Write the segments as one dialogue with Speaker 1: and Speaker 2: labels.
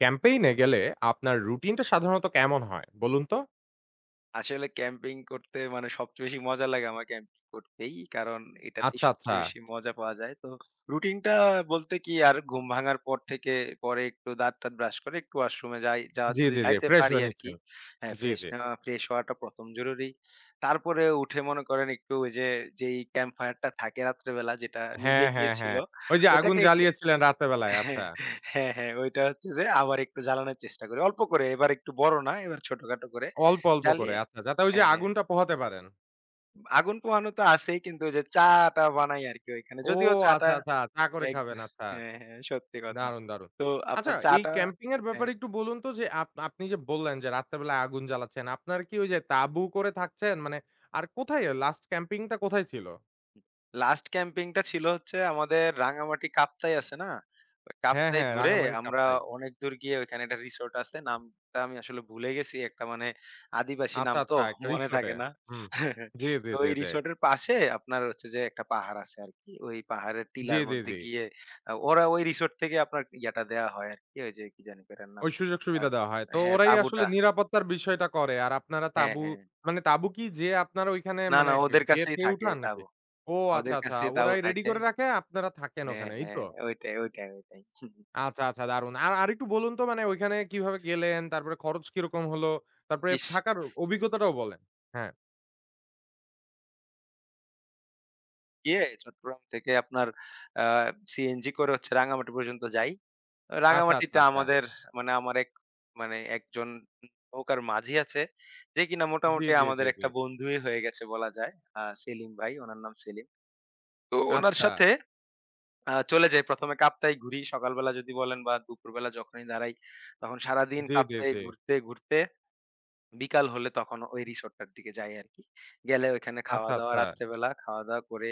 Speaker 1: ক্যাম্পেইনে গেলে আপনার রুটিনটা সাধারণত কেমন হয় বলুন তো?
Speaker 2: আসলে ক্যাম্পিং করতে মানে সবচেয়ে বেশি মজা লাগে আমার ক্যাম্পিং করতেই। কারণ এটাতেই
Speaker 1: আচ্ছা, আচ্ছা।
Speaker 2: সবচেয়ে বেশি মজা পাওয়া যায়। তো রুটিনটা বলতে কি আর ঘুম ভাঙার পর থেকে পরে একটু দাঁত-টাত ব্রাশ করে একটু ওয়াশরুমে যাই। যা
Speaker 1: জি,
Speaker 2: যদি
Speaker 1: জি, জি।
Speaker 2: যাইতে
Speaker 1: ফ্রেশ
Speaker 2: পারি
Speaker 1: হয়ে
Speaker 2: আরকি।
Speaker 1: নিচ্ছেন।
Speaker 2: হ্যাঁ,
Speaker 1: জি,
Speaker 2: ফ্রেশ
Speaker 1: জি।
Speaker 2: নেওয়া ফ্রেশ হওয়াটা ১ম জরুরি। তারপরে উঠে মনে করেন একটু ওই যে যেই ক্যাম্প ফায়ারটা থাকে রাত্রেবেলা যেটা
Speaker 1: হ্যাঁ,
Speaker 2: নিভে
Speaker 1: হ্যাঁ,
Speaker 2: গিয়েছিল
Speaker 1: হ্যাঁ। ওই যে আগুন
Speaker 2: ওটাকে কে
Speaker 1: জ্বালিয়েছিলেন রাতের বেলায়।
Speaker 2: হ্যাঁ,
Speaker 1: আচ্ছা।
Speaker 2: হ্যাঁ, হ্যাঁ, ওইটা হচ্ছে যে আবার একটু জ্বালানোর চেষ্টা করি। অল্প করে এবার একটু বড় না, এবার ছোটখাটো করে
Speaker 1: অল্প, অল্প করে।
Speaker 2: জ্বালিয়ে
Speaker 1: আচ্ছা, যাতে ওই যে
Speaker 2: হ্যাঁ, হ্যাঁ।
Speaker 1: আগুনটা পোহাতে পারেন।
Speaker 2: আগুন পোহানো তো আছেই কিন্তু ওই যে চা টা বানাই আরকি ওইখানে।
Speaker 1: ও
Speaker 2: যদিও চা টা
Speaker 1: আচ্ছা, আচ্ছা। চা করে
Speaker 2: এক
Speaker 1: খাবেন। আচ্ছা।
Speaker 2: হ্যাঁ, হ্যাঁ সত্যি কথা।
Speaker 1: দারুণ, দারুণ।
Speaker 2: তো
Speaker 1: আচ্ছা,
Speaker 2: আপনার চা
Speaker 1: এই
Speaker 2: টা
Speaker 1: ক্যাম্পিং এর
Speaker 2: হ্যাঁ।
Speaker 1: ব্যাপারে একটু বলুন তো যে আপনি যে বললেন যে রাত্রে বেলায় আগুন জ্বালাচ্ছেন। আপনার কি ওই যে তাঁবু করে থাকছেন? মানে আর কোথায় লাস্ট ক্যাম্পিং টা কোথায় ছিল?
Speaker 2: লাস্ট ক্যাম্পিংটা ছিল হচ্ছে আমাদের রাঙামাটি কাপ্তাই আছে না? ওই
Speaker 1: হ্যাঁ,
Speaker 2: কাপ্তাই
Speaker 1: হ্যাঁ।
Speaker 2: ধরে
Speaker 1: রাঙামাটি
Speaker 2: আমরা
Speaker 1: কাপ্তাই।
Speaker 2: অনেক দূর গিয়ে ওইখানে একটা রিসোর্ট আছে। নামটা আমি আসলে ভুলে গেছি। একটা মানে আদিবাসী
Speaker 1: আচ্ছা,
Speaker 2: নাম তো
Speaker 1: আচ্ছা একটা
Speaker 2: মনে
Speaker 1: রিসোর্ট এ।
Speaker 2: থাকে না।
Speaker 1: হুম। জি, জি,
Speaker 2: তো
Speaker 1: জি,
Speaker 2: ওই
Speaker 1: জি।
Speaker 2: রিসোর্টের পাশে আপনার হচ্ছে যে একটা পাহাড় আছে আরকি। ওই পাহাড়ের
Speaker 1: জি,
Speaker 2: টিলার
Speaker 1: জি,
Speaker 2: মধ্যে
Speaker 1: জি।
Speaker 2: গিয়ে ওরা ওই রিসোর্ট থেকে আপনার ইয়াটা দেয়া হয় আরকি। ওই যে কি জানি এটার নাম?
Speaker 1: ওই সুযোগ
Speaker 2: আর
Speaker 1: সুবিধা দেওয়া হয়। তো
Speaker 2: হ্যাঁ,
Speaker 1: ওরাই আসলে
Speaker 2: তাঁবুটা।
Speaker 1: নিরাপত্তার বিষয়টা করে। আর আপনারা
Speaker 2: হ্যাঁ,
Speaker 1: তাঁবু
Speaker 2: হ্যাঁ।
Speaker 1: মানে তাঁবু কি যে আপনারা ওইখানে
Speaker 2: না,
Speaker 1: মানে
Speaker 2: না
Speaker 1: গে
Speaker 2: ওদের কাছেই
Speaker 1: গেতে
Speaker 2: থাকে
Speaker 1: উঠান নাকি?
Speaker 2: তাঁবু।
Speaker 1: ও আচ্ছা,
Speaker 2: ওদের
Speaker 1: আচ্ছা।
Speaker 2: কাছেই তাঁবু
Speaker 1: ওরাই রেডি
Speaker 2: থাকে।
Speaker 1: করে রাখে, আপনারা থাকেন
Speaker 2: হ্যাঁ,
Speaker 1: ওখানে, এই
Speaker 2: হ্যাঁ।
Speaker 1: তো?
Speaker 2: ওইটাই, ওইটাই, ওইটাই।
Speaker 1: আচ্ছা, আচ্ছা দারুণ। আর আরেকটু বলুন তো মানে ওইখানে কিভাবে গেলেন? তারপরে খরচ কিরকম হলো? তারপরে
Speaker 2: ইস!
Speaker 1: থাকার অভিজ্ঞতাটাও বলেন। হ্যাঁ।
Speaker 2: গিয়ে চট্টগ্রাম থেকে আপনার আ সিএনজি করে হচ্ছে রাঙামাটি পর্যন্ত যাই।
Speaker 1: আচ্ছা, আচ্ছা,
Speaker 2: রাঙামাটিতে
Speaker 1: আচ্ছা।
Speaker 2: আমাদের মানে আমার এক মানে একজন নৌকার মাঝি আছে যে কিনা
Speaker 1: জি,
Speaker 2: মোটামুটি
Speaker 1: জি,
Speaker 2: আমাদের
Speaker 1: জি, জি।
Speaker 2: একটা বন্ধুই হয়ে গেছে বলা যায়। সেলিম ভাই, উনার নাম সেলিম। তো উনার
Speaker 1: আচ্ছা।
Speaker 2: সাথে চলে যাই ১ম এ কাপ্তাই ঘুরি। সকালবেলা যদি বলেন বা দুপুরবেলা যখনই দাঁড়াই তখন সারাদিন
Speaker 1: জি, জি,
Speaker 2: কাপ্তাই
Speaker 1: জি।
Speaker 2: ঘুরতে, ঘুরতে বিকাল হলে তখন ওই রিসোর্টটার দিকে যাই আরকি। গেলে ওইখানে
Speaker 1: আচ্ছা,
Speaker 2: খাওয়া-দাওয়া
Speaker 1: আচ্ছা।
Speaker 2: রাত্রেবেলা খাওয়া-দাওয়া করে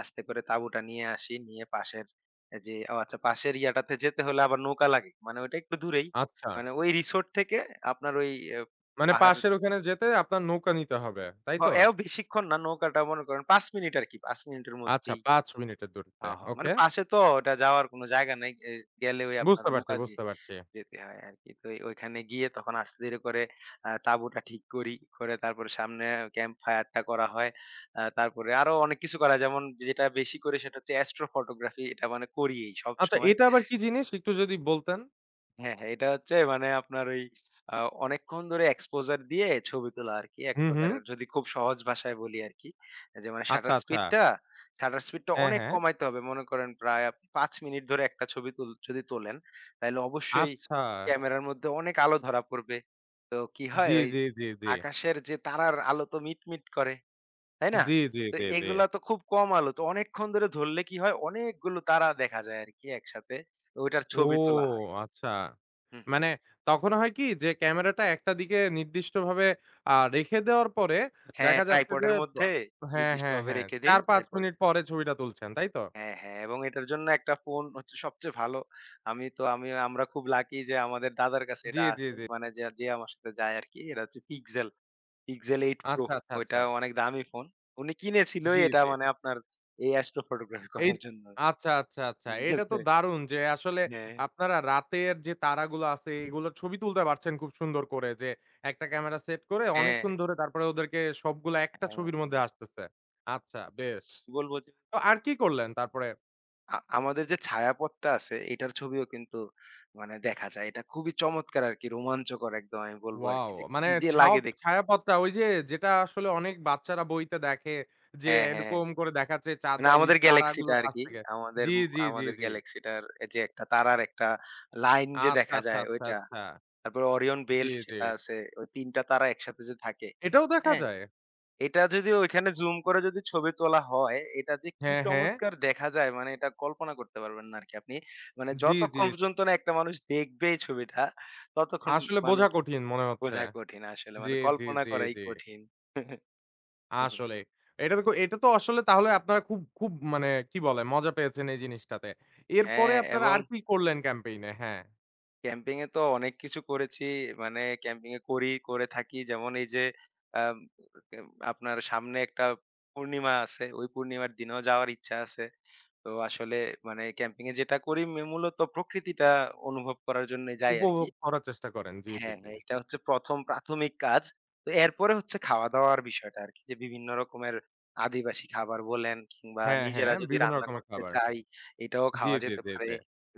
Speaker 2: আস্তে করে তাঁবুটা নিয়ে আসি। নিয়ে পাশের এ যে ও আচ্ছা পাশের ইয়াটাতে যেতে হলে আবার নৌকা লাগে। মানে ওইটা একটু দূরেই।
Speaker 1: আচ্ছা।
Speaker 2: মানে ওই রিসোর্ট থেকে আপনার ওই এ
Speaker 1: মানে
Speaker 2: পাহাড়
Speaker 1: পাশের ওখানে যেতে আপনার নৌকা নিতে হবে, তাই তো?
Speaker 2: এও বেশিক্ষণ না নৌকাটা মনে করেন ৫ মিনিট আরকি। ৫ মিনিটের
Speaker 1: আচ্ছা
Speaker 2: মধ্যেই
Speaker 1: ৫ মিনিটের
Speaker 2: হা,
Speaker 1: দূরত্বে।
Speaker 2: হা। মানে
Speaker 1: ওকে।
Speaker 2: পাশে তো ওটা যাওয়ার কোনো জায়গা নাই। গেলে ওই আপনার
Speaker 1: বুঝতে পারছি,
Speaker 2: নৌকা দিয়ে
Speaker 1: বুঝতে পারছি।
Speaker 2: যেতে হয় আরকি। তো এই ওইখানে গিয়ে তখন আস্তে ধীরে করে তাঁবুটা ঠিক করি। করে তারপরে সামনে ক্যাম্প ফায়ারটা করা হয়। তারপরে আরো অনেক কিছু করা হয়, যেমন যেটা বেশি করি সেটা হচ্ছে অ্যাস্ট্রো ফটোগ্রাফি এটা মানে করি এই
Speaker 1: আচ্ছা
Speaker 2: সবসময়।
Speaker 1: এটা আবার কি জিনিস একটু যদি বলতেন?
Speaker 2: হ্যাঁ, হ্যাঁ। এটা হচ্ছে মানে আপনার ওই আ অনেকক্ষণ ধরে exposure দিয়ে ছবি তোলা আরকি এক
Speaker 1: হুম, হুম।
Speaker 2: প্রকারের। যদি খুব সহজ ভাষায় বলি আরকি। যে মানে
Speaker 1: আচ্ছা, আচ্ছা।
Speaker 2: shutter speed টা
Speaker 1: হ্যাঁ,
Speaker 2: অনেক
Speaker 1: হ্যাঁ।
Speaker 2: কমাইতে হবে। মনে করেন প্রায় আপনি ৫ মিনিট ধরে একটা ছবি তুল যদি তোলেন, তাইলে অবশ্যই
Speaker 1: আচ্ছা।
Speaker 2: ক্যামেরার মধ্যে অনেক আলো ধরা পড়বে। তো কি হয়
Speaker 1: জি,
Speaker 2: ওই
Speaker 1: জি, জি, জি।
Speaker 2: আকাশের যে তারার আলো তো মিটমিট করে, তাই না?
Speaker 1: জি, জি,
Speaker 2: তো
Speaker 1: জি, জি।
Speaker 2: এগুলা তো খুব কম আলো। তো অনেকক্ষণ ধরে ধরলে কি হয় অনেকগুলো তারা দেখা যায় আরকি একসাথে। তো ওইটার
Speaker 1: ও
Speaker 2: ছবি তোলা হয়।
Speaker 1: আচ্ছা।
Speaker 2: হু, হু।
Speaker 1: মানে তখন হয় কি যে ক্যামেরাটা একটা দিকে নির্দিষ্টভাবে রেখে দেওয়ার পরে
Speaker 2: হ্যাঁ,
Speaker 1: দেখা যাচ্ছে যে
Speaker 2: ট্রাইপডের
Speaker 1: বা
Speaker 2: মধ্যে
Speaker 1: হ্যাঁ, হ্যাঁ,
Speaker 2: নির্দিষ্টভাবে
Speaker 1: হ্যাঁ।
Speaker 2: রেখে দেই।
Speaker 1: ৪-৫
Speaker 2: এরপরে
Speaker 1: মিনিট পরে ছবিটা তুলছেন, তাই তো?
Speaker 2: হ্যাঁ, হ্যাঁ এবং এটার জন্য একটা ফোন হচ্ছে সবচেয়ে ভালো। আমি তো আমি আমরা খুব লাকি যে আমাদের দাদার কাছে
Speaker 1: জি,
Speaker 2: এটা
Speaker 1: জি,
Speaker 2: আছে।
Speaker 1: জি।
Speaker 2: মানে যে আমার সাথে যায় আরকি। এটা হচ্ছে Pixel, Pixel 8 Pro।
Speaker 1: আচ্ছা, আচ্ছা, আচ্ছা।
Speaker 2: ওইটা অনেক দামি ফোন। উনি
Speaker 1: জি,
Speaker 2: কিনেছিলই এটা
Speaker 1: জি।
Speaker 2: মানে আপনার এই অ্যাস্ট্রো ফটোগ্রাফি
Speaker 1: এই
Speaker 2: করার জন্য।
Speaker 1: আচ্ছা, আচ্ছা, আচ্ছা।
Speaker 2: ঠিক
Speaker 1: এটা তো
Speaker 2: আছে?
Speaker 1: দারুণ যে আসলে
Speaker 2: হ্যাঁ,
Speaker 1: আপনারা রাতের যে তারাগুলো আছে এগুলোর ছবি তুলতে পারছেন খুব সুন্দর করে যে একটা ক্যামেরা সেট করে
Speaker 2: হ্যাঁ,
Speaker 1: অনেকক্ষণ ধরে তারপরে ওদেরকে সবগুলা একটা
Speaker 2: হ্যাঁ,
Speaker 1: ছবির মধ্যে
Speaker 2: হ্যাঁ।
Speaker 1: আসতেছে। আচ্ছা বেশ।
Speaker 2: বলব যে
Speaker 1: তো আর কি করলেন তারপরে?
Speaker 2: আমাদের যে ছায়াপথটা আছে এটার ছবিও কিন্তু মানে দেখা যায়। এটা খুবই চমৎকার আরকি রোমাঞ্চকর একদম আমি বলবো আরকি
Speaker 1: ওয়াও!
Speaker 2: যে
Speaker 1: মানে
Speaker 2: কি যে
Speaker 1: ছাও
Speaker 2: লাগে দেখ
Speaker 1: ছায়াপথটা ওই যে যেটা আসলে অনেক বাচ্চারা বইতে দেখে যে
Speaker 2: হ্যাঁ, হ্যাঁ।
Speaker 1: এরকম করে দেখাচ্ছে
Speaker 2: মানে
Speaker 1: চাঁদা ই
Speaker 2: আমাদের গ্যালাক্সিটা
Speaker 1: তারাগুলোর পাশ
Speaker 2: আরকি।
Speaker 1: থেকে।
Speaker 2: আমাদের
Speaker 1: জি, জি, জি,
Speaker 2: আমাদের
Speaker 1: জি।
Speaker 2: গ্যালাক্সিটার যে একটা তারার একটা লাইন যে
Speaker 1: আচ্ছা,
Speaker 2: দেখা
Speaker 1: আচ্ছা,
Speaker 2: যায়
Speaker 1: আচ্ছা,
Speaker 2: ওইটা।
Speaker 1: আচ্ছা।
Speaker 2: তারপরে ওরিয়ন
Speaker 1: জি,
Speaker 2: বেল্ট
Speaker 1: জি।
Speaker 2: সেটা আছে। ওই ৩ টা তারা একসাথে যে থাকে।
Speaker 1: এটাও দেখা
Speaker 2: হ্যাঁ?
Speaker 1: যায়?
Speaker 2: এটা যদি ওইখানে জুম করে যদি ছবি তোলা হয়, এটা যে কি
Speaker 1: হ্যাঁ, হ্যাঁ।
Speaker 2: চমৎকার দেখা যায় মানে এটা কল্পনা করতে পারবেন না আরকি আপনি। মানে
Speaker 1: জি, জি।
Speaker 2: যতক্ষণ পর্যন্ত না একটা মানুষ দেখবে এই ছবিটা, ততক্ষণ
Speaker 1: আসলে বোঝা
Speaker 2: মানুষ
Speaker 1: কঠিন মনে হচ্ছে।
Speaker 2: বোঝা কঠিন আসলে।
Speaker 1: জি,
Speaker 2: মানে
Speaker 1: জি,
Speaker 2: কল্পনা
Speaker 1: জি,
Speaker 2: করাই
Speaker 1: জি।
Speaker 2: কঠিন।
Speaker 1: আসলে। এটা তো আসলে তাহলে আপনারা খুব, খুব মানে কি বলে মজা পেয়েছেন এই জিনিসটাতে। এরপরে
Speaker 2: হ্যাঁ,
Speaker 1: আপনারা
Speaker 2: এবং
Speaker 1: আর কি করলেন ক্যাম্পেইন এ? হ্যাঁ,
Speaker 2: ক্যাম্পিং এ তো অনেক কিছু করেছি। মানে ক্যাম্পিং এ করি, করে থাকি। যেমন এই যে আম আপনার সামনে একটা পূর্ণিমা আছে। ওই পূর্ণিমার দিনেও যাওয়ার ইচ্ছা আছে। তো আসলে মানে ক্যাম্পিং এ যেটা করি মূলত প্রকৃতিটা অনুভব করার জন্য যাই আরকি।
Speaker 1: উপভোগ করার চেষ্টা করেন। জি, জি,
Speaker 2: হ্যাঁ,
Speaker 1: জি।
Speaker 2: হ্যাঁ, এটা হচ্ছে ১ম প্রাথমিক কাজ। তো এরপরে হচ্ছে খাওয়া-দাওয়ার বিষয়টা আরকি যে বিভিন্ন রকমের আদিবাসী খাবার বলেন কিংবা
Speaker 1: হ্যাঁ, হ্যাঁ,
Speaker 2: নিজেরা যদি
Speaker 1: বিভিন্ন
Speaker 2: রান্না
Speaker 1: রকমের
Speaker 2: করতে
Speaker 1: খাবার।
Speaker 2: চাই এটাও
Speaker 1: জি,
Speaker 2: খাওয়া
Speaker 1: জি,
Speaker 2: যেতে
Speaker 1: জি,
Speaker 2: পারে।
Speaker 1: জি।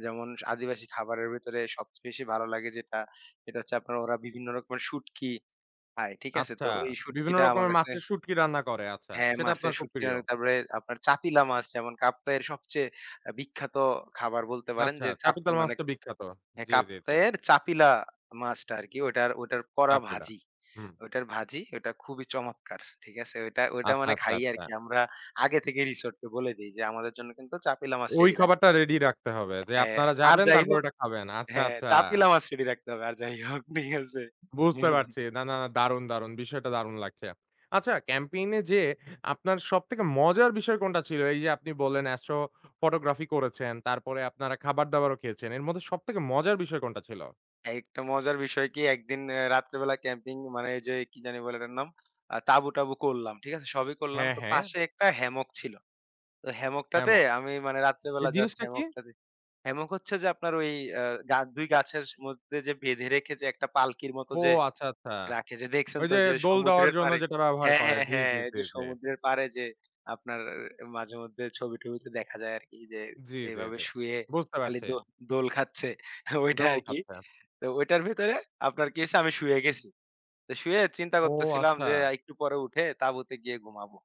Speaker 2: যেমন আদিবাসী খাবারের ভেতরে সবচেয়ে বেশি ভালো লাগে যেটা, সেটা হচ্ছে আপনার ওরা বিভিন্ন রকমের শুটকি খায়। ঠিক আছে?
Speaker 1: আচ্ছা,
Speaker 2: তো ওই
Speaker 1: বিভিন্ন
Speaker 2: শুটকিটা আমার
Speaker 1: রকমের
Speaker 2: কাছে
Speaker 1: মাছের শুঁটকি রান্না করে। আচ্ছা,
Speaker 2: হ্যাঁ,
Speaker 1: সেটা আপনার
Speaker 2: মাছের
Speaker 1: খুব
Speaker 2: শুটকি
Speaker 1: প্রিয়।
Speaker 2: মানে তারপরে আপনার চাপিলা মাছ যেমন কাপ্তাইয়ের সবচেয়ে বিখ্যাত খাবার বলতে পারেন
Speaker 1: আচ্ছা,
Speaker 2: যে চাপ
Speaker 1: চাপিতাল
Speaker 2: মানে
Speaker 1: মাছটা বিখ্যাত।
Speaker 2: হ্যাঁ,
Speaker 1: জি, জি, জি।
Speaker 2: কাপ্তাইয়ের চাপিলা মাছটা আরকি ওটার ওটার করা
Speaker 1: চাপিলা।
Speaker 2: ভাজি।
Speaker 1: হুম।
Speaker 2: ওটার ভাজি ওটা খুবই চমৎকার। ঠিক আছে? ওইটা ওইটা
Speaker 1: আচ্ছা,
Speaker 2: মানে
Speaker 1: আচ্ছা,
Speaker 2: খাই
Speaker 1: আচ্ছা।
Speaker 2: আরকি আমরা আগে থেকে রিসোর্টকে বলে দেই যে আমাদের জন্য কিন্তু চাপিলা মাছ
Speaker 1: ওই
Speaker 2: রেডি রাখতে
Speaker 1: খাবারটা রেডি রাখতে হবে যে
Speaker 2: হ্যাঁ,
Speaker 1: আপনারা
Speaker 2: আর
Speaker 1: যাবেন
Speaker 2: যাই
Speaker 1: তারপর
Speaker 2: হোক
Speaker 1: এটা খাবেন। আচ্ছা,
Speaker 2: হ্যাঁ,
Speaker 1: আচ্ছা।
Speaker 2: চাপিলা মাছ রেডি রাখতে হবে আর যাই হোক। ঠিক আছে?
Speaker 1: বুঝতে পারছি। না, না, না দারুণ, দারুণ। বিষয়টা দারুণ লাগছে। আচ্ছা ক্যাম্পেইন এ যেয়ে আপনার সবথেকে মজার বিষয় কোনটা ছিল? এই যে আপনি বললেন অ্যাস্ট্রো ফটোগ্রাফি করেছেন, তারপরে আপনারা খাবার-দাবারও খেয়েছেন। এর মধ্যে সবথেকে মজার বিষয় কোনটা ছিল?
Speaker 2: একটা মজার বিষয় কি একদিন রাত্রেবেলা ক্যাম্পিং মানে এই যে কি জানি বলে এটার নাম? তাঁবু-টাবু করলাম। ঠিক আছে? সবই করলাম।
Speaker 1: হ্যাঁ,
Speaker 2: তো
Speaker 1: হ্যাঁ,
Speaker 2: পাশে একটা হ্যামক ছিল। তো হ্যামকটাতে
Speaker 1: হ্যামক।
Speaker 2: আমি মানে
Speaker 1: এই
Speaker 2: রাত্রেবেলা জাস্ট
Speaker 1: জিনিসটা কি?
Speaker 2: হ্যামকটাতে হ্যামক হচ্ছে যে আপনার ওই আ গা ২ গাছের মধ্যে যে বেঁধে রেখে যে একটা পালকির মতো
Speaker 1: ও
Speaker 2: যে
Speaker 1: আচ্ছা, আচ্ছা।
Speaker 2: রাখে যে দেখছেন
Speaker 1: ওই
Speaker 2: তো
Speaker 1: যে
Speaker 2: যে
Speaker 1: দোল দেওয়ার
Speaker 2: সমুদ্রের
Speaker 1: জন্য
Speaker 2: পাড়ে
Speaker 1: যেটা ব্যবহার
Speaker 2: হ্যাঁ,
Speaker 1: করে।
Speaker 2: হ্যাঁ,
Speaker 1: জি,
Speaker 2: হ্যাঁ।
Speaker 1: জি,
Speaker 2: ওই
Speaker 1: জি,
Speaker 2: যে
Speaker 1: জি।
Speaker 2: সমুদ্রের পাড়ে যে আপনার মাঝেমধ্যে ছবি-টবিতে দেখা যায় আরকি যে
Speaker 1: জি, জি,
Speaker 2: এভাবে
Speaker 1: জি।
Speaker 2: শুয়ে
Speaker 1: বুঝতে
Speaker 2: খালি
Speaker 1: পারছি।
Speaker 2: দো দোল খাচ্ছে ওইটা
Speaker 1: দোল
Speaker 2: আরকি।
Speaker 1: খাচ্ছে।
Speaker 2: তো ওইটার ভেতরে আপনার কি হইছে আমি শুয়ে গেছি। তো শুয়ে চিন্তা
Speaker 1: ও
Speaker 2: করতেছিলাম
Speaker 1: আচ্ছা।
Speaker 2: যে একটু পরে উঠে তাঁবুতে গিয়ে ঘুমাবো।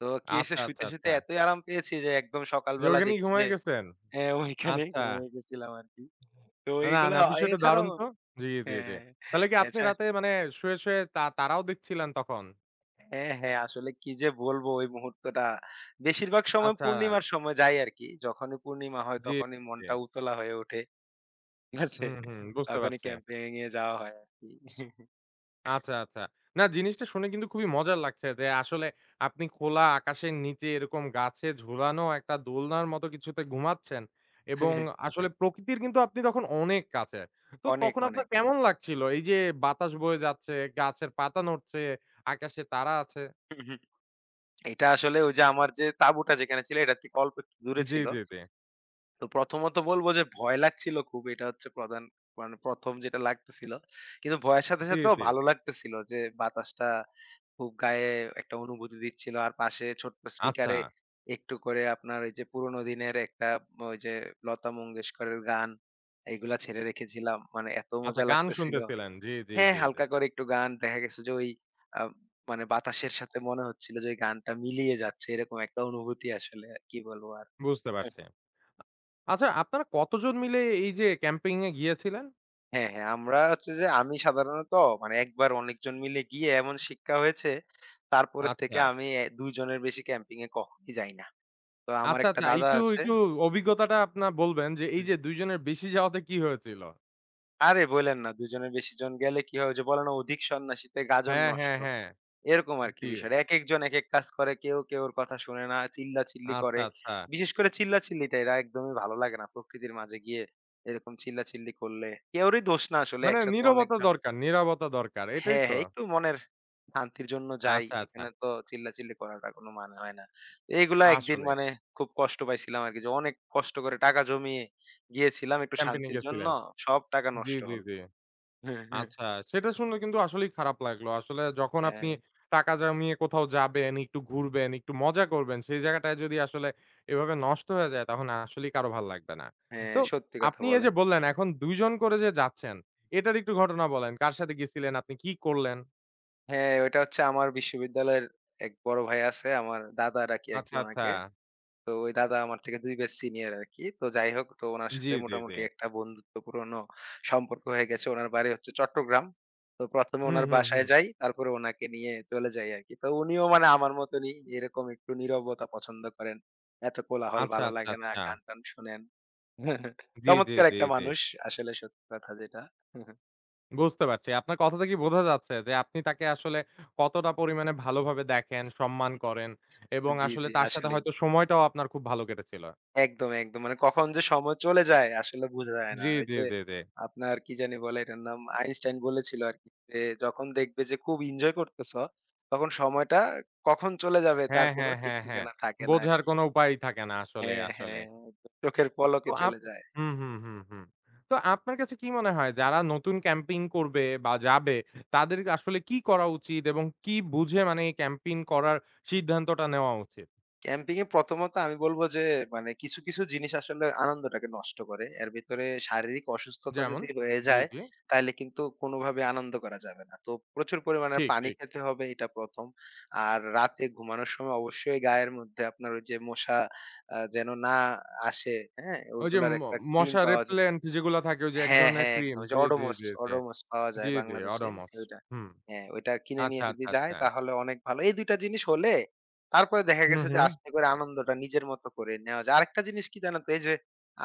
Speaker 2: তো কি হইছে
Speaker 1: আচ্ছা, আচ্ছা,
Speaker 2: শুইতে, শুইতে
Speaker 1: আচ্ছা।
Speaker 2: এতই আরাম পেয়েছি যে একদম
Speaker 1: যে
Speaker 2: সকালবেলা
Speaker 1: ওইখানেই
Speaker 2: দেখি যে
Speaker 1: ঘুমায়ে গেছেন?
Speaker 2: হ্যাঁ, ওইখানেই
Speaker 1: আচ্ছা।
Speaker 2: ঘুমিয়ে গেছিলাম আরকি। তো
Speaker 1: না,
Speaker 2: এইগুলা
Speaker 1: না বিষয়টা
Speaker 2: এছাড়াও
Speaker 1: দারুণ তো। জি, জি, জি।
Speaker 2: হ্যাঁ,
Speaker 1: তাহলে কি আপনি
Speaker 2: এছাড়া
Speaker 1: রাতে মানে শুয়ে, শুয়ে তারাও দেখছিলেন তখন?
Speaker 2: হ্যাঁ, হ্যাঁ, আসলে কি যে বলবো ওই মুহূর্তটা বেশিরভাগ সময়
Speaker 1: আচ্ছা।
Speaker 2: পূর্ণিমার সময় যাই আরকি। যখনই পূর্ণিমা হয়
Speaker 1: জি,
Speaker 2: তখনই
Speaker 1: জি।
Speaker 2: মনটা উতলা হয়ে ওঠে। ঠিক আছে?
Speaker 1: হুম, হুম বুঝতে
Speaker 2: তখনই
Speaker 1: পারছি।
Speaker 2: ক্যাম্পিং এ যাওয়া হয় আরকি।
Speaker 1: আচ্ছা, আচ্ছা। না জিনিসটা শুনে কিন্তু খুবই মজার লাগছে যে আসলে আপনি খোলা আকাশের নিচে এরকম গাছে ঝুলানো একটা দোলনার মতো কিছুতে ঘুমাচ্ছেন এবং আসলে প্রকৃতির কিন্তু আপনি তখন অনেক কাছে। তো
Speaker 2: অনেক,
Speaker 1: তখন আপনার
Speaker 2: অনেক।
Speaker 1: কেমন লাগছিল? এই যে বাতাস বয়ে যাচ্ছে, গাছের পাতা নড়ছে, আকাশে তারা আছে।
Speaker 2: এটা আসলে ওই যে আমার যে তাঁবুটা যেখানে ছিল এটার থেকে অল্প একটু দূরে
Speaker 1: জি,
Speaker 2: ছিল।
Speaker 1: জি, জি।
Speaker 2: তো প্রথমত বলবো যে ভয় লাগছিল খুব। এটা হচ্ছে প্রধান মানে ১ম যেটা লাগতেছিল। কিন্তু ভয়ের সাথে,
Speaker 1: জি,
Speaker 2: সাথেও
Speaker 1: জি।
Speaker 2: ভালো লাগতেছিল যে বাতাসটা খুব গায়ে একটা অনুভূতি দিচ্ছিল। আর পাশে ছোট্ট
Speaker 1: আচ্ছা,
Speaker 2: স্পিকারে একটু করে আপনার ওই যে পুরোনো দিনের একটা ওই যে লতা মঙ্গেশকরের গান এগুলা ছেড়ে রেখেছিলাম। মানে এত
Speaker 1: আচ্ছা
Speaker 2: মজা
Speaker 1: গান
Speaker 2: লাগতেছিল।
Speaker 1: শুনতেছিলেন। জি, জি,
Speaker 2: হ্যাঁ,
Speaker 1: জি, জি।
Speaker 2: হালকা করে একটু গান দেখা গেছে যে ওই আ মানে বাতাসের সাথে মনে হচ্ছিল যে ওই গানটা মিলিয়ে যাচ্ছে এরকম একটা অনুভূতি আসলে আর কি বলবো আর।
Speaker 1: বুঝতে পারছি। আচ্ছা আপনারা কতজন মিলে এই যে ক্যাম্পিং এ গিয়েছিলেন?
Speaker 2: হ্যাঁ, হ্যাঁ, আমরা হচ্ছে যে আমি সাধারণত মানে একবার অনেকজন মিলে গিয়ে এমন শিক্ষা হয়েছে, তারপরের
Speaker 1: আচ্ছা।
Speaker 2: থেকে আমি ২ জনের বেশি ক্যাম্পিং এ কখনোই যাই না। তো আমার
Speaker 1: আচ্ছা,
Speaker 2: একটা
Speaker 1: আচ্ছা।
Speaker 2: দাদা
Speaker 1: একটু,
Speaker 2: আছে
Speaker 1: একটু অভিজ্ঞতাটা আপনার বলবেন যে এই
Speaker 2: হুম।
Speaker 1: যে ২ জনের বেশি যাওয়াতে কি হয়েছিল?
Speaker 2: আরে বইলেন না ২ জনের বেশি জন গেলে কি হয়? ওই যে বলে না অধিক সন্ন্যাসীতে গাজন
Speaker 1: হ্যাঁ, হ্যাঁ,
Speaker 2: নষ্ট।
Speaker 1: হ্যাঁ।
Speaker 2: এরকম আরকি
Speaker 1: জি।
Speaker 2: বিষয়টা। একেকজন একেক কাজ করে। কেউ কেউর কথা শোনে না, চিল্লাচিল্লি
Speaker 1: আচ্ছা,
Speaker 2: করে।
Speaker 1: আচ্ছা।
Speaker 2: বিশেষ করে চিল্লাচিল্লিটা এরা একদমই ভালো লাগে না। প্রকৃতির মাঝে গিয়ে এরকম চিল্লাচিল্লি করলে। কেউরই দোষ না আসলে
Speaker 1: মানে
Speaker 2: একসাথে
Speaker 1: নীরবতা
Speaker 2: অনেকজন
Speaker 1: দরকার, নীরবতা দরকার। এটাই
Speaker 2: হ্যাঁ,
Speaker 1: তো?
Speaker 2: হ্যাঁ, একটু মনের শান্তির জন্য যাই।
Speaker 1: আচ্ছা, আচ্ছা।
Speaker 2: এখানে তো চিল্লাচিল্লি করাটা কোনো মানে হয় না। তো এইগুলা একদিন
Speaker 1: আসলে
Speaker 2: মানে খুব কষ্ট পাইছিলাম আরকি যে অনেক কষ্ট করে টাকা জমিয়ে গিয়েছিলাম একটু
Speaker 1: ক্যাম্পেইন এ
Speaker 2: শান্তির জন্য।
Speaker 1: গেছিলেন।
Speaker 2: সব টাকা
Speaker 1: জি,
Speaker 2: নষ্ট
Speaker 1: জি,
Speaker 2: হলো।
Speaker 1: জি। আচ্ছা, সেটা শুনে কিন্তু আসলেই খারাপ লাগলো। আসলে যখন আপনি
Speaker 2: হ্যাঁ,
Speaker 1: টাকা জমিয়ে কোথাও যাবেন, একটু ঘুরবেন, একটু মজা করবেন, সেই জায়গাটায় যদি আসলে এভাবে নষ্ট হয়ে যায়, তখন আসলেই কারো ভাল লাগবে না।
Speaker 2: হ্যাঁ,
Speaker 1: তো
Speaker 2: সত্যি কথা
Speaker 1: আপনি এই
Speaker 2: বলেন।
Speaker 1: যে বললেন, এখন ২ জন করে যে যাচ্ছেন, এটার একটু ঘটনা বলেন। কার সাথে গেছিলেন? আপনি কি করলেন?
Speaker 2: হ্যাঁ, ওইটা হচ্ছে আমার বিশ্ববিদ্যালয়ের এক বড় ভাই আছে। আমার দাদা ডাকি আরকি
Speaker 1: আচ্ছা, আচ্ছা।
Speaker 2: উনাকে। তো ওই দাদা আমার থেকে ২ ব্যাচ সিনিয়র আরকি। তো যাই হোক তো উনার
Speaker 1: জি,
Speaker 2: সাথে
Speaker 1: জি, জি।
Speaker 2: মোটামুটি একটা বন্ধুত্বপূর্ণ সম্পর্ক হয়ে গেছে। উনার বাড়ি হচ্ছে চট্টগ্রাম। তো ১ম এ
Speaker 1: হুম,
Speaker 2: উনার
Speaker 1: হুম,
Speaker 2: বাসায়
Speaker 1: হুম।
Speaker 2: যাই, তারপরে উনাকে নিয়ে চলে যাই আরকি। তো উনিও মানে আমার মতনই এরকম একটু নীরবতা পছন্দ করেন। এত কোলাহল
Speaker 1: আচ্ছা,
Speaker 2: ভালো
Speaker 1: আচ্ছা,
Speaker 2: লাগে না।
Speaker 1: আচ্ছা।
Speaker 2: গান-টান শোনেন।
Speaker 1: জি, জি,
Speaker 2: চমৎকার
Speaker 1: জি,
Speaker 2: একটা
Speaker 1: জি।
Speaker 2: মানুষ আসলে সত্যি কথা যেটা।
Speaker 1: বুঝতে পারছি। আপনার কথা থেকেই বোঝা যাচ্ছে যে আপনি তাকে আসলে কতটা পরিমাণে ভালোভাবে দেখেন, সম্মান করেন এবং
Speaker 2: জি,
Speaker 1: আসলে
Speaker 2: জি
Speaker 1: তার সাথে
Speaker 2: আসলেই।
Speaker 1: হয়তো সময়টাও আপনার খুব ভালো কেটেছিল।
Speaker 2: একদম, একদম। মানে কখন যে সময় চলে যায় আসলে বোঝা যায় না।
Speaker 1: জি,
Speaker 2: ওই
Speaker 1: জি,
Speaker 2: যে
Speaker 1: জি, জি।
Speaker 2: আপনার কি জানি বলে এটার নাম আইনস্টাইন বলেছিল আরকি যে, "যখন দেখবে যে খুব এনজয় করতেছ, তখন সময়টা কখন চলে যাবে তার
Speaker 1: হ্যাঁ,
Speaker 2: কোনো
Speaker 1: হ্যাঁ,
Speaker 2: ঠিক
Speaker 1: হ্যাঁ, হ্যাঁ।
Speaker 2: ঠিকানা থাকে না"
Speaker 1: বোঝার
Speaker 2: আরকি।
Speaker 1: কোনো উপায়ই থাকে না আসলে,
Speaker 2: হ্যাঁ, হ্যাঁ, হ্যাঁ,
Speaker 1: আসলে।
Speaker 2: একদম চোখের
Speaker 1: তো
Speaker 2: পলকে
Speaker 1: আপ
Speaker 2: চলে যায়।
Speaker 1: হুম, হুম, হুম, হুম। তো আপনার কাছে কি মনে হয় যারা নতুন ক্যাম্পেইন করবে বা যাবে তাদের আসলে কি করা উচিত এবং কি বুঝে মানে এই ক্যাম্পেইন করার সিদ্ধান্তটা নেওয়া উচিত?
Speaker 2: ক্যাম্পিং এ প্রথমত আমি বলব যে মানে কিছু জিনিস আসলে আনন্দটাকে নষ্ট করে। এর ভিতরে শারীরিক অসুস্থতা
Speaker 1: যেমন?
Speaker 2: যদি হয়ে
Speaker 1: জি,
Speaker 2: যায়,
Speaker 1: জি।
Speaker 2: তাইলে কিন্তু কোনোভাবে আনন্দ করা যাবে না। তো প্রচুর পরিমাণে
Speaker 1: ঠিক,
Speaker 2: পানি
Speaker 1: ঠিক।
Speaker 2: খেতে হবে এটা ১ম। আর রাতে ঘুমানোর সময় অবশ্যই গায়ের মধ্যে আপনার ওই যে মশা যেন না আসে, হ্যাঁ?
Speaker 1: ওই যে
Speaker 2: ওগুলার একটা ক্রিম
Speaker 1: মশা
Speaker 2: পাওয়া যায়।
Speaker 1: রেপেলেন্ট যেগুলা থাকে ওই যে এক
Speaker 2: হ্যাঁ,
Speaker 1: ধরনের
Speaker 2: হ্যাঁ, একদম।
Speaker 1: ক্রিম।
Speaker 2: ওই যে
Speaker 1: জি, জি, জি, জি।
Speaker 2: Odomos পাওয়া
Speaker 1: জি,
Speaker 2: যায়
Speaker 1: জি,
Speaker 2: বাংলাদেশে
Speaker 1: Odomos
Speaker 2: ওইটা।
Speaker 1: হুম।
Speaker 2: হ্যাঁ, ওইটা কিনে নিয়ে
Speaker 1: আচ্ছা,
Speaker 2: যদি
Speaker 1: আচ্ছা,
Speaker 2: যায়
Speaker 1: আচ্ছা।
Speaker 2: তাহলে অনেক ভালো। এই ২ টা জিনিস হলে তারপরে দেখা
Speaker 1: হুম,
Speaker 2: গেছে যে
Speaker 1: হুম।
Speaker 2: আস্তে করে আনন্দটা নিজের মতো করে নেওয়া যায়। আরেকটা জিনিস কি জানো তো? এই যে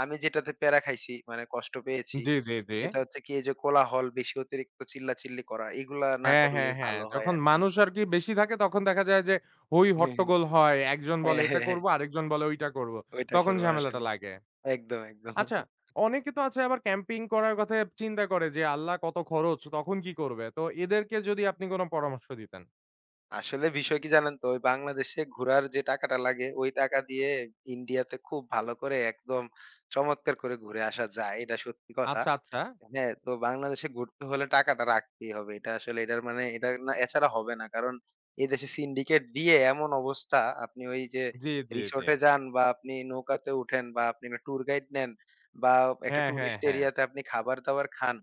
Speaker 2: আমি যেটাতে প্যারা খাইছি মানে কষ্ট পেয়েছি,
Speaker 1: জি, জি, জি।
Speaker 2: সেটা হচ্ছে কি এই যে কোলাহল বেশি অতিরিক্ত চিল্লাচিল্লি করা এগুলা না
Speaker 1: হ্যাঁ, হ্যাঁ,
Speaker 2: করলেই
Speaker 1: হ্যাঁ।
Speaker 2: ভালো হয়
Speaker 1: যখন
Speaker 2: আরকি।
Speaker 1: মানুষ আরকি বেশি থাকে তখন দেখা যায় যে হৈ
Speaker 2: হ্যাঁ, হ্যাঁ,
Speaker 1: হট্টগোল হয়। একজন বলে
Speaker 2: হ্যাঁ,
Speaker 1: এটা
Speaker 2: হ্যাঁ, হ্যাঁ,
Speaker 1: করব, আরেকজন বলে ওইটা করব।
Speaker 2: ওইটা
Speaker 1: তখন
Speaker 2: করবো
Speaker 1: ঝামেলাটা
Speaker 2: আসলে।
Speaker 1: লাগে।
Speaker 2: একদম, একদম।
Speaker 1: আচ্ছা, অনেকে তো আছে আবার ক্যাম্পিং করার কথা চিন্তা করে যে আল্লাহ কত খরচ, তখন কি করবে? তো এদেরকে যদি আপনি কোন পরামর্শ দিতেন?
Speaker 2: আসলে বিষয় কি জানেন তো? ওই বাংলাদেশে ঘুরার যে টাকাটা লাগে, ওই টাকা দিয়ে ইন্ডিয়াতে খুব ভালো করে একদম চমৎকার করে ঘুরে আসা যায়। এটা সত্যি কথা।
Speaker 1: আচ্ছা, আচ্ছা।
Speaker 2: হ্যাঁ, তো বাংলাদেশে ঘুরতে হলে টাকাটা রাখতেই হবে। এটা আসলে এটার মানে এটা না এছাড়া হবে না। কারণ এদেশে সিন্ডিকেট দিয়ে এমন অবস্থা, আপনি ওই যে
Speaker 1: জি, জি, জি।
Speaker 2: রিসোর্টে যান বা আপনি নৌকাতে উঠেন বা আপনি একটা ট্যুর গাইড নেন বা একটা
Speaker 1: হ্যাঁ, হ্যাঁ,
Speaker 2: টুরিস্ট
Speaker 1: হ্যাঁ।
Speaker 2: এরিয়াতে আপনি খাবার-দাবার খান।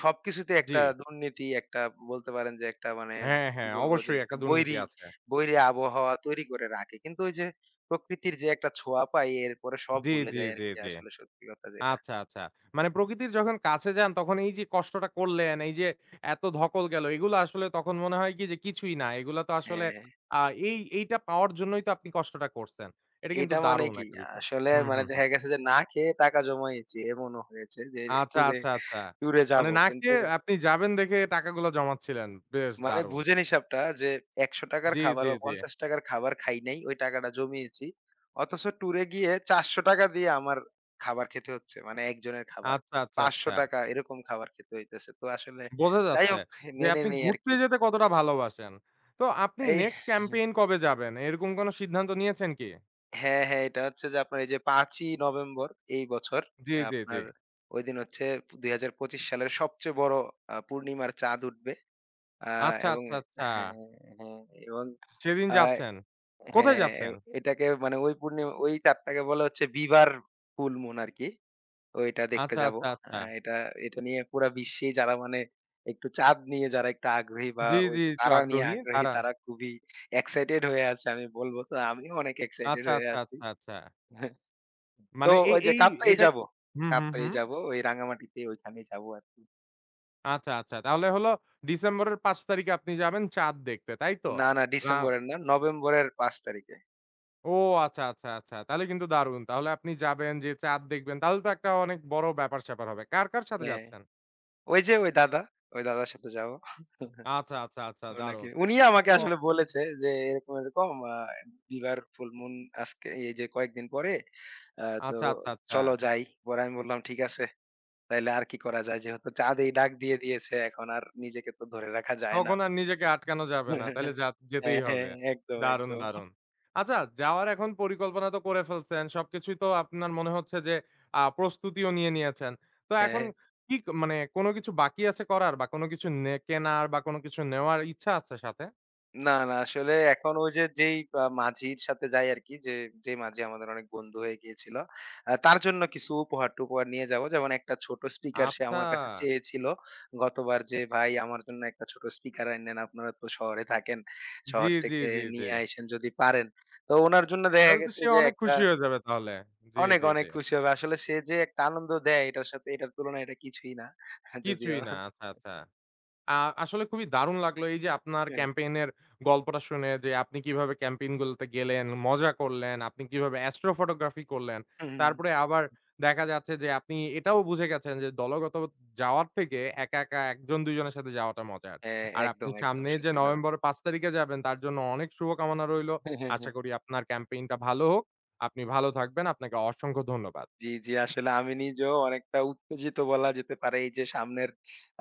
Speaker 2: সবকিছুতে
Speaker 1: জি।
Speaker 2: একটা দুর্নীতি একটা বলতে পারেন যে একটা মানে
Speaker 1: হ্যাঁ,
Speaker 2: কি
Speaker 1: হ্যাঁ,
Speaker 2: বলবো যে
Speaker 1: অবশ্যই
Speaker 2: একটা
Speaker 1: একটা দুর্নীতি আছে।
Speaker 2: বৈরী আবহাওয়া তৈরি করে রাখে। কিন্তু ওই যে প্রকৃতির যে একটা ছোঁয়া পাই এরপরে সব
Speaker 1: জি,
Speaker 2: ভুলে
Speaker 1: জি,
Speaker 2: যাই
Speaker 1: জি,
Speaker 2: আরকি
Speaker 1: জি।
Speaker 2: আসলে সত্যি কথা যেটা।
Speaker 1: আচ্ছা, আচ্ছা। মানে প্রকৃতির যখন কাছে যান তখন এই যে কষ্টটা করলেন, এই যে এত ধকল গেল, এগুলো আসলে তখন মনে হয় কি যে কিছুই না। এগুলা তো আসলে
Speaker 2: হ্যাঁ, হ্যাঁ,
Speaker 1: আ এইটা পাওয়ার জন্যই তো আপনি কষ্টটা করছেন। এটা কিন্তু
Speaker 2: এটা মানে
Speaker 1: দারুণ
Speaker 2: কি
Speaker 1: একটা বিষয়।
Speaker 2: আসলে
Speaker 1: হুম,
Speaker 2: মানে
Speaker 1: হুম, হুম।
Speaker 2: দেখা গেছে যে না খেয়ে টাকা জমাইছি এমনও হয়েছে যে
Speaker 1: আচ্ছা,
Speaker 2: ট্যুরে,
Speaker 1: আচ্ছা, আচ্ছা।
Speaker 2: ট্যুরে
Speaker 1: মানে
Speaker 2: যাবো
Speaker 1: না
Speaker 2: কিন্তু
Speaker 1: খেয়ে আপনি যাবেন দেখে টাকাগুলো জমাচ্ছিলেন। বেশ
Speaker 2: মানে
Speaker 1: দারুণ।
Speaker 2: বুঝেন হিসাবটা যে ৳১০০ র
Speaker 1: জি,
Speaker 2: খাবার
Speaker 1: জি,
Speaker 2: বা
Speaker 1: জি।
Speaker 2: ৳৫০ র খাবার খাই নাই। ওই টাকাটা জমিয়েছি। অথচ ট্যুরে গিয়ে ৳৪০০ দিয়ে আমার খাবার খেতে হচ্ছে। মানে একজনের খাবার।
Speaker 1: আচ্ছা, আচ্ছা,
Speaker 2: ৳৫০০
Speaker 1: আচ্ছা।
Speaker 2: এরকম খাবার খেতে হইতেছে। তো আসলে
Speaker 1: বোঝা
Speaker 2: যাই
Speaker 1: যাচ্ছে
Speaker 2: হোক
Speaker 1: যে
Speaker 2: মেনে
Speaker 1: আপনি
Speaker 2: নেই
Speaker 1: ঘুরতে
Speaker 2: আরকি।
Speaker 1: যেতে কতটা ভালোবাসেন। তো আপনি
Speaker 2: এই
Speaker 1: নেক্সট ক্যাম্পেইন কবে যাবেন? এরকম কোন সিদ্ধান্ত নিয়েছেন কি?
Speaker 2: হ্যাঁ, হ্যাঁ, এটা হচ্ছে যে আপনার এই যে ৫ই নভেম্বর এই বছর
Speaker 1: জি, জি, জি।
Speaker 2: আপনার ওইদিন হচ্ছে ২০২৫ সালের সবচেয়ে বড় পূর্ণিমার চাঁদ উঠবে। আ
Speaker 1: আচ্ছা,
Speaker 2: এবং
Speaker 1: আচ্ছা, আচ্ছা।
Speaker 2: হ্যাঁ, হ্যাঁ, এবং
Speaker 1: সেদিন
Speaker 2: আ
Speaker 1: যাচ্ছেন। কোথায়
Speaker 2: হ্যাঁ,
Speaker 1: যাচ্ছেন?
Speaker 2: এটাকে মানে ওই পূর্ণিমা ওই চাঁদটাকে বলা হচ্ছে বিবার ফুল মুন আরকি। ওইটা দেখতে
Speaker 1: আচ্ছা,
Speaker 2: যাবো।
Speaker 1: আচ্ছা,
Speaker 2: আ
Speaker 1: আচ্ছা।
Speaker 2: এটা এটা নিয়ে পুরা বিশ্বে যারা মানে একটু চাঁদ নিয়ে যারা একটু আগ্রহী বা
Speaker 1: জি,
Speaker 2: ওই
Speaker 1: জি,
Speaker 2: যে
Speaker 1: একটু
Speaker 2: তারা নিয়ে
Speaker 1: আগ্রহী
Speaker 2: আগ্রহী
Speaker 1: তারা।
Speaker 2: তারা খুবই এক্সাইটেড হয়ে আছে আমি বলব। তো আমিও অনেক এক্সাইটেড
Speaker 1: আচ্ছা,
Speaker 2: হয়ে
Speaker 1: আচ্ছা,
Speaker 2: আছি।
Speaker 1: আচ্ছা, আচ্ছা।
Speaker 2: তো
Speaker 1: মানে এই
Speaker 2: ওই যে
Speaker 1: এই
Speaker 2: কাপ্তাই
Speaker 1: এটা
Speaker 2: যাবো।
Speaker 1: কি হুম, হুম,
Speaker 2: কাপ্তাই
Speaker 1: হুম।
Speaker 2: যাবো। ওই রাঙামাটিতে ওইখানে যাবো আরকি।
Speaker 1: আচ্ছা, আচ্ছা। তাহলে হলো ডিসেম্বরের ৫ তারিখে আপনি যাবেন চাঁদ দেখতে, তাই তো?
Speaker 2: না, না
Speaker 1: রা
Speaker 2: ডিসেম্বরের না। নভেম্বরের ৫ তারিখে।
Speaker 1: ও আচ্ছা, আচ্ছা, আচ্ছা। তাহলে কিন্তু দারুণ। তাহলে আপনি যাবেন, যেয়ে চাঁদ দেখবেন। তাহলে তো একটা অনেক বড় ব্যাপার-স্যাপার হবে। কার, কার সাথে
Speaker 2: হ্যাঁ,
Speaker 1: যাচ্ছেন?
Speaker 2: ওই যে ওই দাদা, ওই দাদার সাথে যাবো।
Speaker 1: আচ্ছা, আচ্ছা, আচ্ছা
Speaker 2: ওনাকে
Speaker 1: দারুণ।
Speaker 2: উনি
Speaker 1: আ
Speaker 2: আমাকে
Speaker 1: তো
Speaker 2: আসলে বলেছে যে এরকম আ বিবার ফুল মুন আজকে এই যে কয়েকদিন পরে তো
Speaker 1: আচ্ছা, আচ্ছা, আচ্ছা।
Speaker 2: চলো যাই। পরে আমি বললাম ঠিক আছে। তাইলে আর কি করা যায়? যেহেতু চাঁদেই ডাক দিয়ে দিয়েছে এখন আর নিজেকে তো ধরে রাখা যায় না।
Speaker 1: তখন আর নিজেকে আটকানো যাবে না। তাইলে
Speaker 2: হ্যাঁ,
Speaker 1: যেতেই
Speaker 2: হ্যাঁ,
Speaker 1: হবে।
Speaker 2: একদম,
Speaker 1: দারুণ,
Speaker 2: একদম।
Speaker 1: দারুণ। আচ্ছা, যাওয়ার এখন পরিকল্পনা তো করে ফেলছেন। সবকিছুই তো আপনার মনে হচ্ছে যে প্রস্তুতিও নিয়ে নিয়েছেন। তো
Speaker 2: হ্যাঁ।
Speaker 1: এখন
Speaker 2: হ্যাঁ।
Speaker 1: কি ক মানে কোন কিছু বাকি আছে করার বা কোন কিছু কেনার বা কোন কিছু নেওয়ার ইচ্ছা আছে সাথে?
Speaker 2: না, না আসলে এখন ওই যে যেই মাঝির সাথে যাই আরকি যে মাঝি আমাদের অনেক বন্ধু হয়ে গিয়েছিল। তার জন্য কিছু উপহার-টুপহার নিয়ে যাবো। যেমন একটা ছোট স্পিকার সে
Speaker 1: আচ্ছা।
Speaker 2: আমার কাছে চেয়েছিল গতবার যে, "ভাই আমার জন্য একটা ছোট স্পিকার আইনেন। আপনারা তো শহরে থাকেন।
Speaker 1: জি,
Speaker 2: শহর
Speaker 1: জি,
Speaker 2: থেকে
Speaker 1: জি, জি।
Speaker 2: নিয়ে আইসেন যদি পারেন।" তো উনার জন্য দেখা
Speaker 1: তাহলে তো
Speaker 2: গেছে
Speaker 1: সে
Speaker 2: যে
Speaker 1: অনেক
Speaker 2: একটা
Speaker 1: খুশি হয়ে যাবে তাহলে। জি,
Speaker 2: অনেক,
Speaker 1: জি, জি।
Speaker 2: অনেক খুশি হবে। আসলে সে যে একটা আনন্দ দেয় এটার সাথে এটার তুলনায় এটা কিছুই না। যদিও
Speaker 1: কিছুই না। আচ্ছা, আচ্ছা। আ আসলে খুবই দারুণ লাগলো এই যে আপনার ক্যাম্পেইন এর গল্পটা শুনে যে আপনি কিভাবে ক্যাম্পেইন গুলোতে গেলেন, মজা করলেন, আপনি কিভাবে অ্যাস্ট্রো ফটোগ্রাফি করলেন। তারপরে আবার দেখা যাচ্ছে যে আপনি এটাও বুঝে গেছেন যে দলগত যাওয়ার থেকে একা, একা ১ জন ২ জনের সাথে যাওয়াটা মজার।
Speaker 2: হ্যাঁ,
Speaker 1: আর আপনি
Speaker 2: একদম, একদম
Speaker 1: সামনে যে
Speaker 2: সত্যি কথা।
Speaker 1: নভেম্বরের ৫ তারিখে যাবেন তার জন্য অনেক শুভকামনা রইলো।
Speaker 2: হ্যাঁ, হ্যাঁ,
Speaker 1: আশা
Speaker 2: হ্যাঁ।
Speaker 1: করি আপনার ক্যাম্পেইনটা ভালো হোক। আপনি ভালো থাকবেন। আপনাকে অসংখ্য ধন্যবাদ।
Speaker 2: জি, জি। আসলে আমি নিজেও অনেকটা উত্তেজিত বলা যেতে পারে এই যে সামনের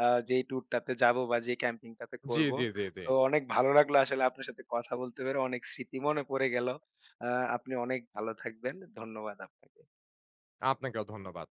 Speaker 2: যেই ট্যুরটাতে যাবো বা যে ক্যাম্পিং টাতে
Speaker 1: জি,
Speaker 2: করবো।
Speaker 1: জি, জি, জি।
Speaker 2: তো অনেক ভালো লাগলো আসলে আপনার সাথে কথা বলতে পেরে। অনেক স্মৃতি মনে পড়ে গেল। আ আপনি অনেক ভালো থাকবেন। ধন্যবাদ আপনাকে।
Speaker 1: আপনাকেও ধন্যবাদ।